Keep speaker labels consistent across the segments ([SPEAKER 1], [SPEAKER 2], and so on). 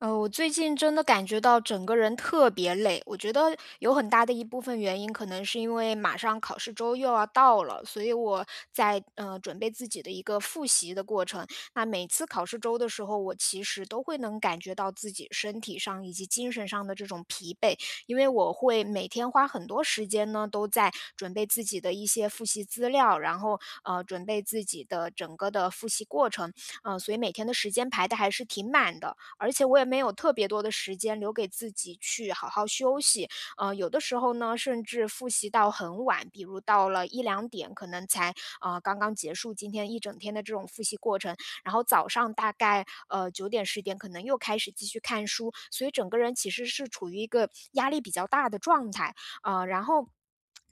[SPEAKER 1] 我最近真的感觉到整个人特别累，我觉得有很大的一部分原因可能是因为马上考试周又要到了，所以我在准备自己的一个复习的过程。那每次考试周的时候，我其实都会能感觉到自己身体上以及精神上的这种疲惫，因为我会每天花很多时间呢都在准备自己的一些复习资料，然后准备自己的整个的复习过程，嗯、所以每天的时间排的还是挺满的。而且我也没有特别多的时间留给自己去好好休息。有的时候呢，甚至复习到很晚，比如到了1、2点，可能才，刚刚结束今天一整天的这种复习过程。然后早上大概，9点10点可能又开始继续看书，所以整个人其实是处于一个压力比较大的状态。然后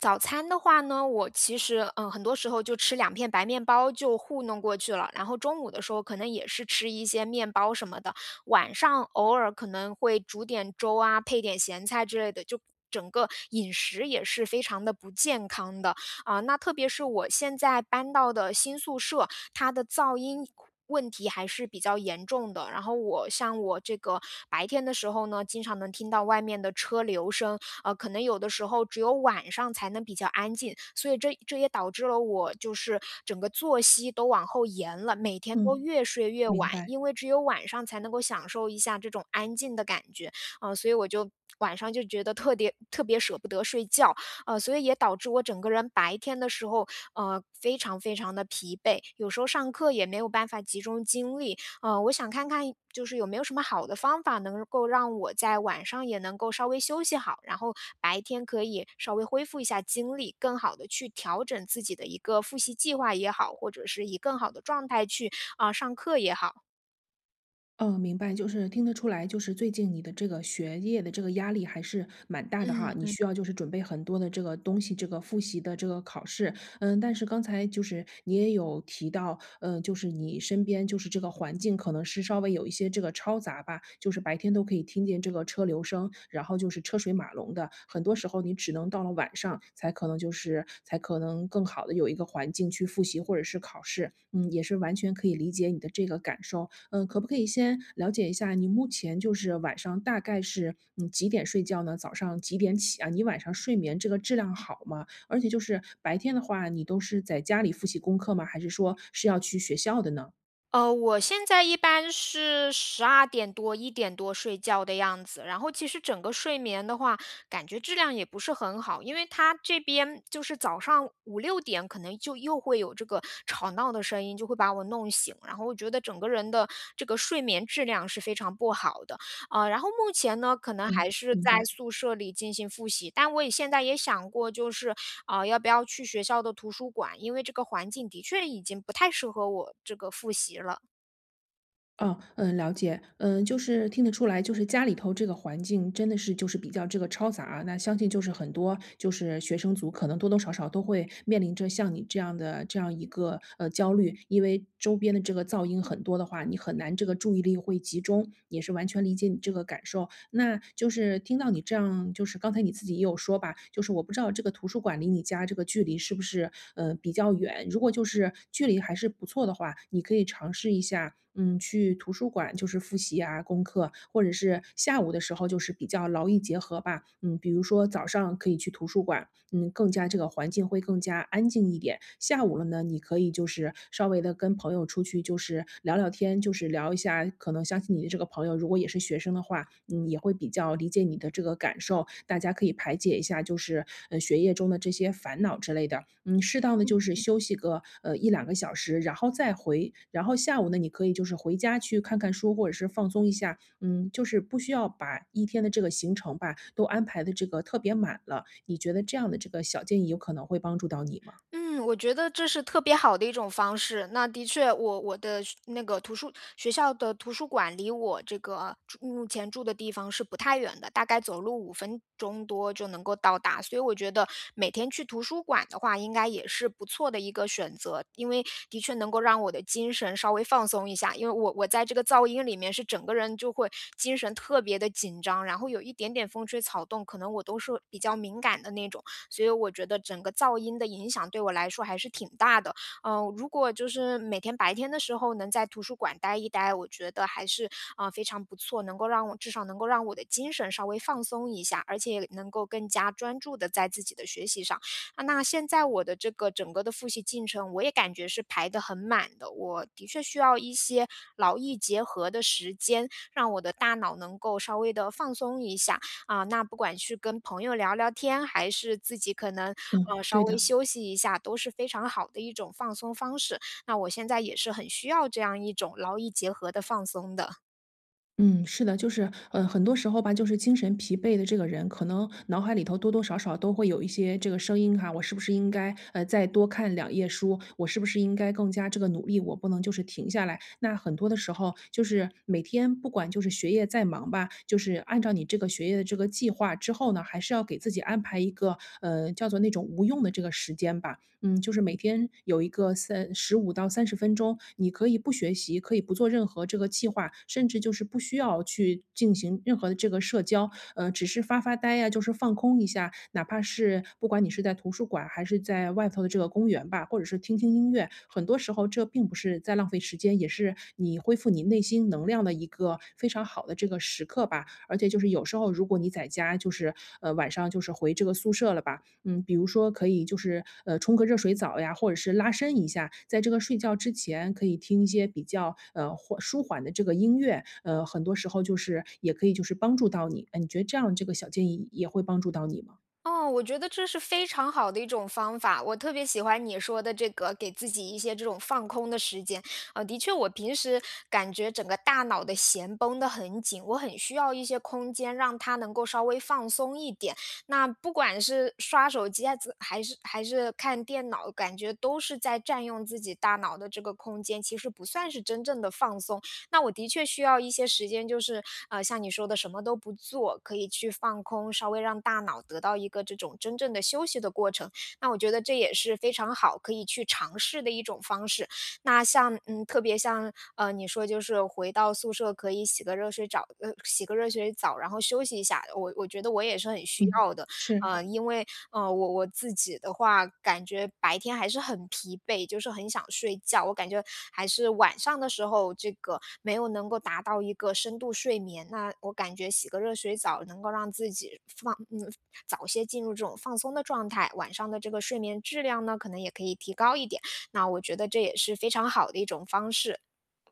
[SPEAKER 1] 早餐的话呢，我其实，很多时候就吃2片白面包就糊弄过去了，然后中午的时候可能也是吃一些面包什么的，晚上偶尔可能会煮点粥啊，配点咸菜之类的，就整个饮食也是非常的不健康的。啊，那特别是我现在搬到的新宿舍，它的噪音问题还是比较严重的。然后我像我这个白天的时候呢，经常能听到外面的车流声，可能有的时候只有晚上才能比较安静，所以这也导致了我就是整个作息都往后延了，每天都
[SPEAKER 2] 嗯，
[SPEAKER 1] 越睡越
[SPEAKER 2] 明
[SPEAKER 1] 晚，
[SPEAKER 2] 白。
[SPEAKER 1] 因为只有晚上才能够享受一下这种安静的感觉，啊，所以我就晚上就觉得特别特别舍不得睡觉，所以也导致我整个人白天的时候，非常非常的疲惫，有时候上课也没有办法集中精力。我想看看就是有没有什么好的方法能够让我在晚上也能够稍微休息好，然后白天可以稍微恢复一下精力，更好的去调整自己的一个复习计划也好，或者是以更好的状态去，啊上课也好。
[SPEAKER 2] 嗯，明白，就是听得出来，就是最近你的这个学业的这个压力还是蛮大的哈，你
[SPEAKER 1] 嗯。
[SPEAKER 2] 需要就是准备很多的这个东西，这个复习的这个考试，嗯，但是刚才就是你也有提到，嗯，就是你身边就是这个环境可能是稍微有一些这个嘈杂吧，就是白天都可以听见这个车流声，然后就是车水马龙的，很多时候你只能到了晚上才可能更好的有一个环境去复习或者是考试，嗯，也是完全可以理解你的这个感受。嗯，可不可以先了解一下你目前就是晚上大概是几点睡觉呢？早上几点起啊？你晚上睡眠这个质量好吗？而且就是白天的话，你都是在家里复习功课吗？还是说是要去学校的呢？
[SPEAKER 1] 我现在一般是12点多、1点多睡觉的样子，然后其实整个睡眠的话，感觉质量也不是很好，因为他这边就是早上5、6点可能就又会有这个吵闹的声音，就会把我弄醒，然后我觉得整个人的这个睡眠质量是非常不好的。啊，然后目前呢，可能还
[SPEAKER 2] 嗯，
[SPEAKER 1] 是
[SPEAKER 2] 明
[SPEAKER 1] 在
[SPEAKER 2] 白。
[SPEAKER 1] 宿舍里进行复习，但我也现在也想过，就是啊、要不要去学校的图书馆，因为这个环境的确已经不太适合我这个复习了。
[SPEAKER 2] 哦，嗯，了解。嗯，就是听得出来，就是家里头这个环境真的是就是比较这个嘈杂啊，那相信就是很多就是学生族可能多多少少都会面临着像你这样一个，焦虑。因为周边的这个噪音很多的话，你很难这个注意力会集中，也是完全理解你这个感受。那就是听到你这样就是刚才你自己也有说吧，就是我不知道这个图书馆离你家这个距离是不是，比较远。如果就是距离还是不错的话，你可以尝试一下，嗯，去图书馆就是复习啊功课，或者是下午的时候就是比较劳逸结合吧。嗯，比如说早上可以去图书馆，嗯，更加这个环境会更加安静一点。下午了呢，你可以就是稍微的跟朋友出去，就是聊聊天，就是聊一下可能相信你的这个朋友，如果也是学生的话，嗯，也会比较理解你的这个感受。大家可以排解一下，就是学业中的这些烦恼之类的。嗯，适当的就是休息个一两个小时，然后再回，然后下午呢，你可以就是回家去看看书，或者是放松一下。嗯，就是不需要把一天的这个行程吧都安排的这个特别满了。你觉得这样的这个小建议有可能会帮助到你吗？
[SPEAKER 1] 嗯，我觉得这是特别好的一种方式。那的确，我我的学那个图书学校的图书馆离我这个住目前住的地方是不太远的，大概走路5分钟多就能够到达。所以我觉得每天去图书馆的话，应该也是不错的一个选择，因为的确能够让我的精神稍微放松一下。因为我在这个噪音里面是整个人就会精神特别的紧张，然后有一点点风吹草动，可能我都是比较敏感的那种。所以我觉得整个噪音的影响对我来说还是挺大的。嗯、如果就是每天白天的时候能在图书馆待一待，我觉得还是啊、非常不错，能够让我的精神稍微放松一下，而且能够更加专注的在自己的学习上。啊，那现在我的这个整个的复习进程，我也感觉是排得很满的。我的确需要一些劳逸结合的时间，让我的大脑能够稍微的放松一下。啊，那不管去跟朋友聊聊天，还是自己可能，
[SPEAKER 2] 嗯，
[SPEAKER 1] 稍
[SPEAKER 2] 对
[SPEAKER 1] 微
[SPEAKER 2] 的。
[SPEAKER 1] 休息一下，都是非常好的一种放松方式。那我现在也是很需要这样一种劳逸结合的放松的。
[SPEAKER 2] 嗯，是的，就是，很多时候吧，就是精神疲惫的这个人，可能脑海里头多多少少都会有一些这个声音哈，我是不是应该，再多看两页书？我是不是应该更加这个努力？我不能就是停下来。那很多的时候，就是每天不管就是学业再忙吧，就是按照你这个学业的这个计划之后呢，还是要给自己安排一个，叫做那种无用的这个时间吧。嗯，就是每天有一个35到30分钟，你可以不学习，可以不做任何这个计划，甚至就是不需要去进行任何的这个社交，只是发发呆呀，就是放空一下。哪怕是不管你是在图书馆还是在外头的这个公园吧，或者是听听音乐，很多时候这并不是在浪费时间，也是你恢复你内心能量的一个非常好的这个时刻吧。而且就是有时候如果你在家就是，晚上就是回这个宿舍了吧，嗯，比如说可以就是冲个热水澡呀，或者是拉伸一下，在这个睡觉之前可以听一些比较舒缓的这个音乐，很多时候就是也可以就是帮助到你。你觉得这样这个小建议也会帮助到你吗？
[SPEAKER 1] 哦，我觉得这是非常好的一种方法，我特别喜欢你说的这个，给自己一些这种放空的时间。的确，我平时感觉整个大脑的弦绷得很紧，我很需要一些空间，让它能够稍微放松一点。那不管是刷手机还是看电脑，感觉都是在占用自己大脑的这个空间，其实不算是真正的放松。那我的确需要一些时间，就是像你说的什么都不做，可以去放空，稍微让大脑得到一个这种真正的休息的过程。那我觉得这也是非常好，可以去尝试的一种方式。那像嗯，特别像你说就是回到宿舍可以洗个热水澡，然后休息一下，我觉得我也是很需
[SPEAKER 2] 嗯。
[SPEAKER 1] 要的。
[SPEAKER 2] 是，
[SPEAKER 1] 呃，因为，我自己的话，感觉白天还是很疲惫，就是很想睡觉。我感觉还是晚上的时候，这个没有能够达到一个深度睡眠，那我感觉洗个热水澡能够让自己早些进入这种放松的状态，晚上的这个睡眠质量呢，可能也可以提高一点，那我觉得这也是非常好的一种方式。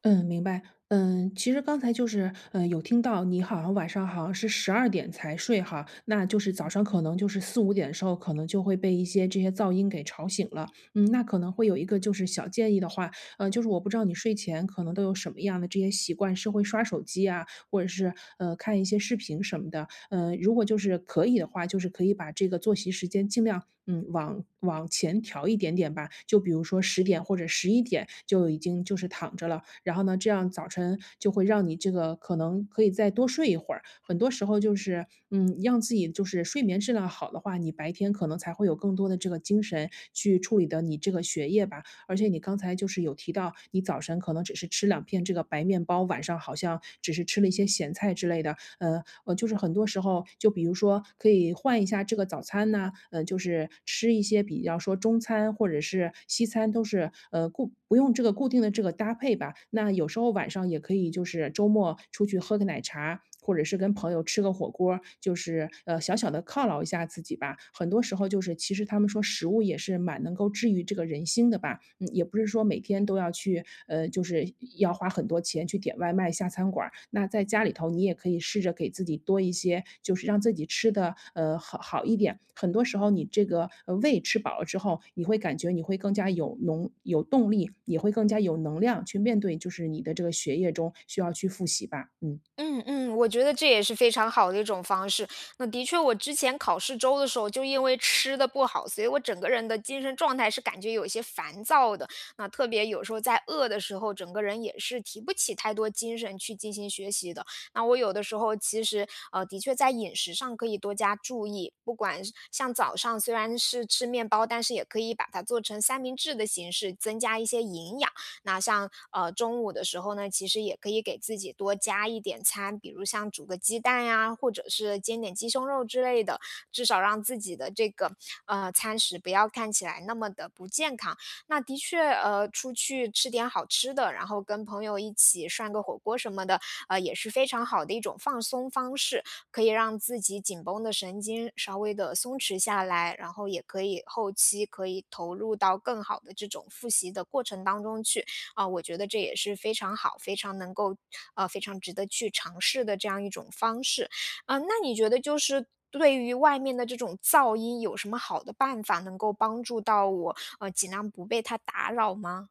[SPEAKER 2] 嗯，明白。嗯，其实刚才就是，有听到你好像晚上好像是12点才睡哈，那就是早上可能就是4、5点的时候，可能就会被一些这些噪音给吵醒了。嗯，那可能会有一个就是小建议的话，就是我不知道你睡前可能都有什么样的这些习惯，是会刷手机啊，或者是，看一些视频什么的。嗯，如果就是可以的话，就是可以把这个作息时间尽量，嗯，往前调一点点吧。就比如说10点或者11点就已经就是躺着了，然后呢，这样早晨就会让你这个可能可以再多睡一会儿。很多时候就是，嗯，让自己就是睡眠质量好的话，你白天可能才会有更多的这个精神去处理的你这个学业吧。而且你刚才就是有提到，你早晨可能只是吃两片这个白面包，晚上好像只是吃了一些咸菜之类的，就是很多时候，就比如说可以换一下这个早餐呐，就是吃一些比较说中餐或者是西餐，都是不用这个固定的这个搭配吧。那有时候晚上也可以，就是周末出去喝个奶茶，或者是跟朋友吃个火锅儿就是小小的犒劳一下自己吧。很多时候就是，其实他们说食物也是蛮能够治愈这个人心的吧。嗯，也不是说每天都要去，就是要花很多钱去点外卖、下餐馆儿。那在家里头，你也可以试着给自己多一些，就是让自己吃的，好好一点。很多时候，你这个胃吃饱了之后，你会感觉你会更加有动力，也会更加有能量去面对，就是你的这个学业中需要去复习吧。嗯。
[SPEAKER 1] 嗯嗯，我觉得这也是非常好的一种方式。那的确，我之前考试周的时候，就因为吃的不好，所以我整个人的精神状态是感觉有些烦躁的。那特别有时候在饿的时候，整个人也是提不起太多精神去进行学习的。那我有的时候其实的确在饮食上可以多加注意，不管是像早上虽然是吃面包，但是也可以把它做成三明治的形式，增加一些营养。那像中午的时候呢，其实也可以给自己多加一点餐，比如像煮个鸡蛋呀，或者是煎点鸡胸肉之类的，至少让自己的这个餐食不要看起来那么的不健康。那的确，出去吃点好吃的，然后跟朋友一起涮个火锅什么的，也是非常好的一种放松方式，可以让自己紧绷的神经稍微的松弛下来，然后也可以后期可以投入到更好的这种复习的过程当中去。啊、我觉得这也是非常好、非常能够非常值得去尝试的这样一种方式。啊、那你觉得就是对于外面的这种噪音有什么好的办法能够帮助到我，尽量不被它打扰吗？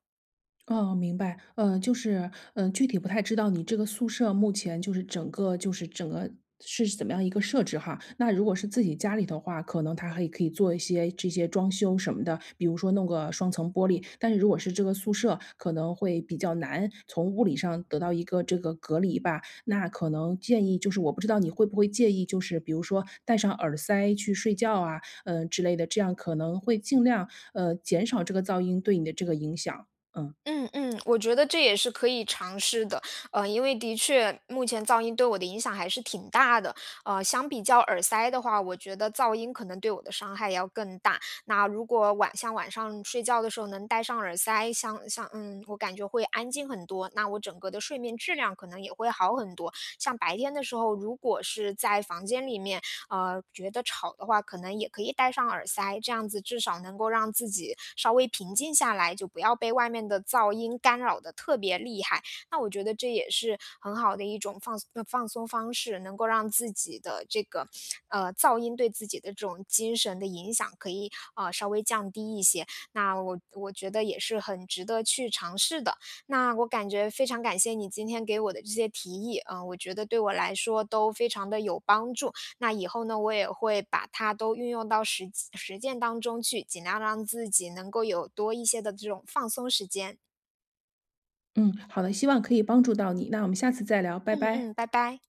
[SPEAKER 2] 哦，明白。嗯，就是，嗯，具体不太知道你这个宿舍目前就是整个是怎么样一个设置哈。那如果是自己家里的话，可能它还可以做一些这些装修什么的，比如说弄个双层玻璃。但是如果是这个宿舍，可能会比较难从物理上得到一个这个隔离吧。那可能建议就是，我不知道你会不会介意，就是比如说戴上耳塞去睡觉啊，嗯、之类的，这样可能会尽量减少这个噪音对你的这个影响。嗯。
[SPEAKER 1] 嗯嗯，我觉得这也是可以尝试的，因为的确目前噪音对我的影响还是挺大的，相比较耳塞的话，我觉得噪音可能对我的伤害要更大。那如果晚上睡觉的时候能戴上耳塞，像像嗯，我感觉会安静很多，那我整个的睡眠质量可能也会好很多。像白天的时候，如果是在房间里面，觉得吵的话，可能也可以戴上耳塞，这样子至少能够让自己稍微平静下来，就不要被外面的噪音干扰的特别厉害。那我觉得这也是很好的一种放松方式，能够让自己的这个噪音对自己的这种精神的影响可以稍微降低一些。那我觉得也是很值得去尝试的。那我感觉非常感谢你今天给我的这些提议，嗯、我觉得对我来说都非常的有帮助。那以后呢，我也会把它都运用到实际实践当中去，尽量让自己能够有多一些的这种放松时间。
[SPEAKER 2] 嗯，好的，希望可以帮助到你，那我们下次再聊，拜
[SPEAKER 1] 嗯嗯，
[SPEAKER 2] 拜。
[SPEAKER 1] 拜拜。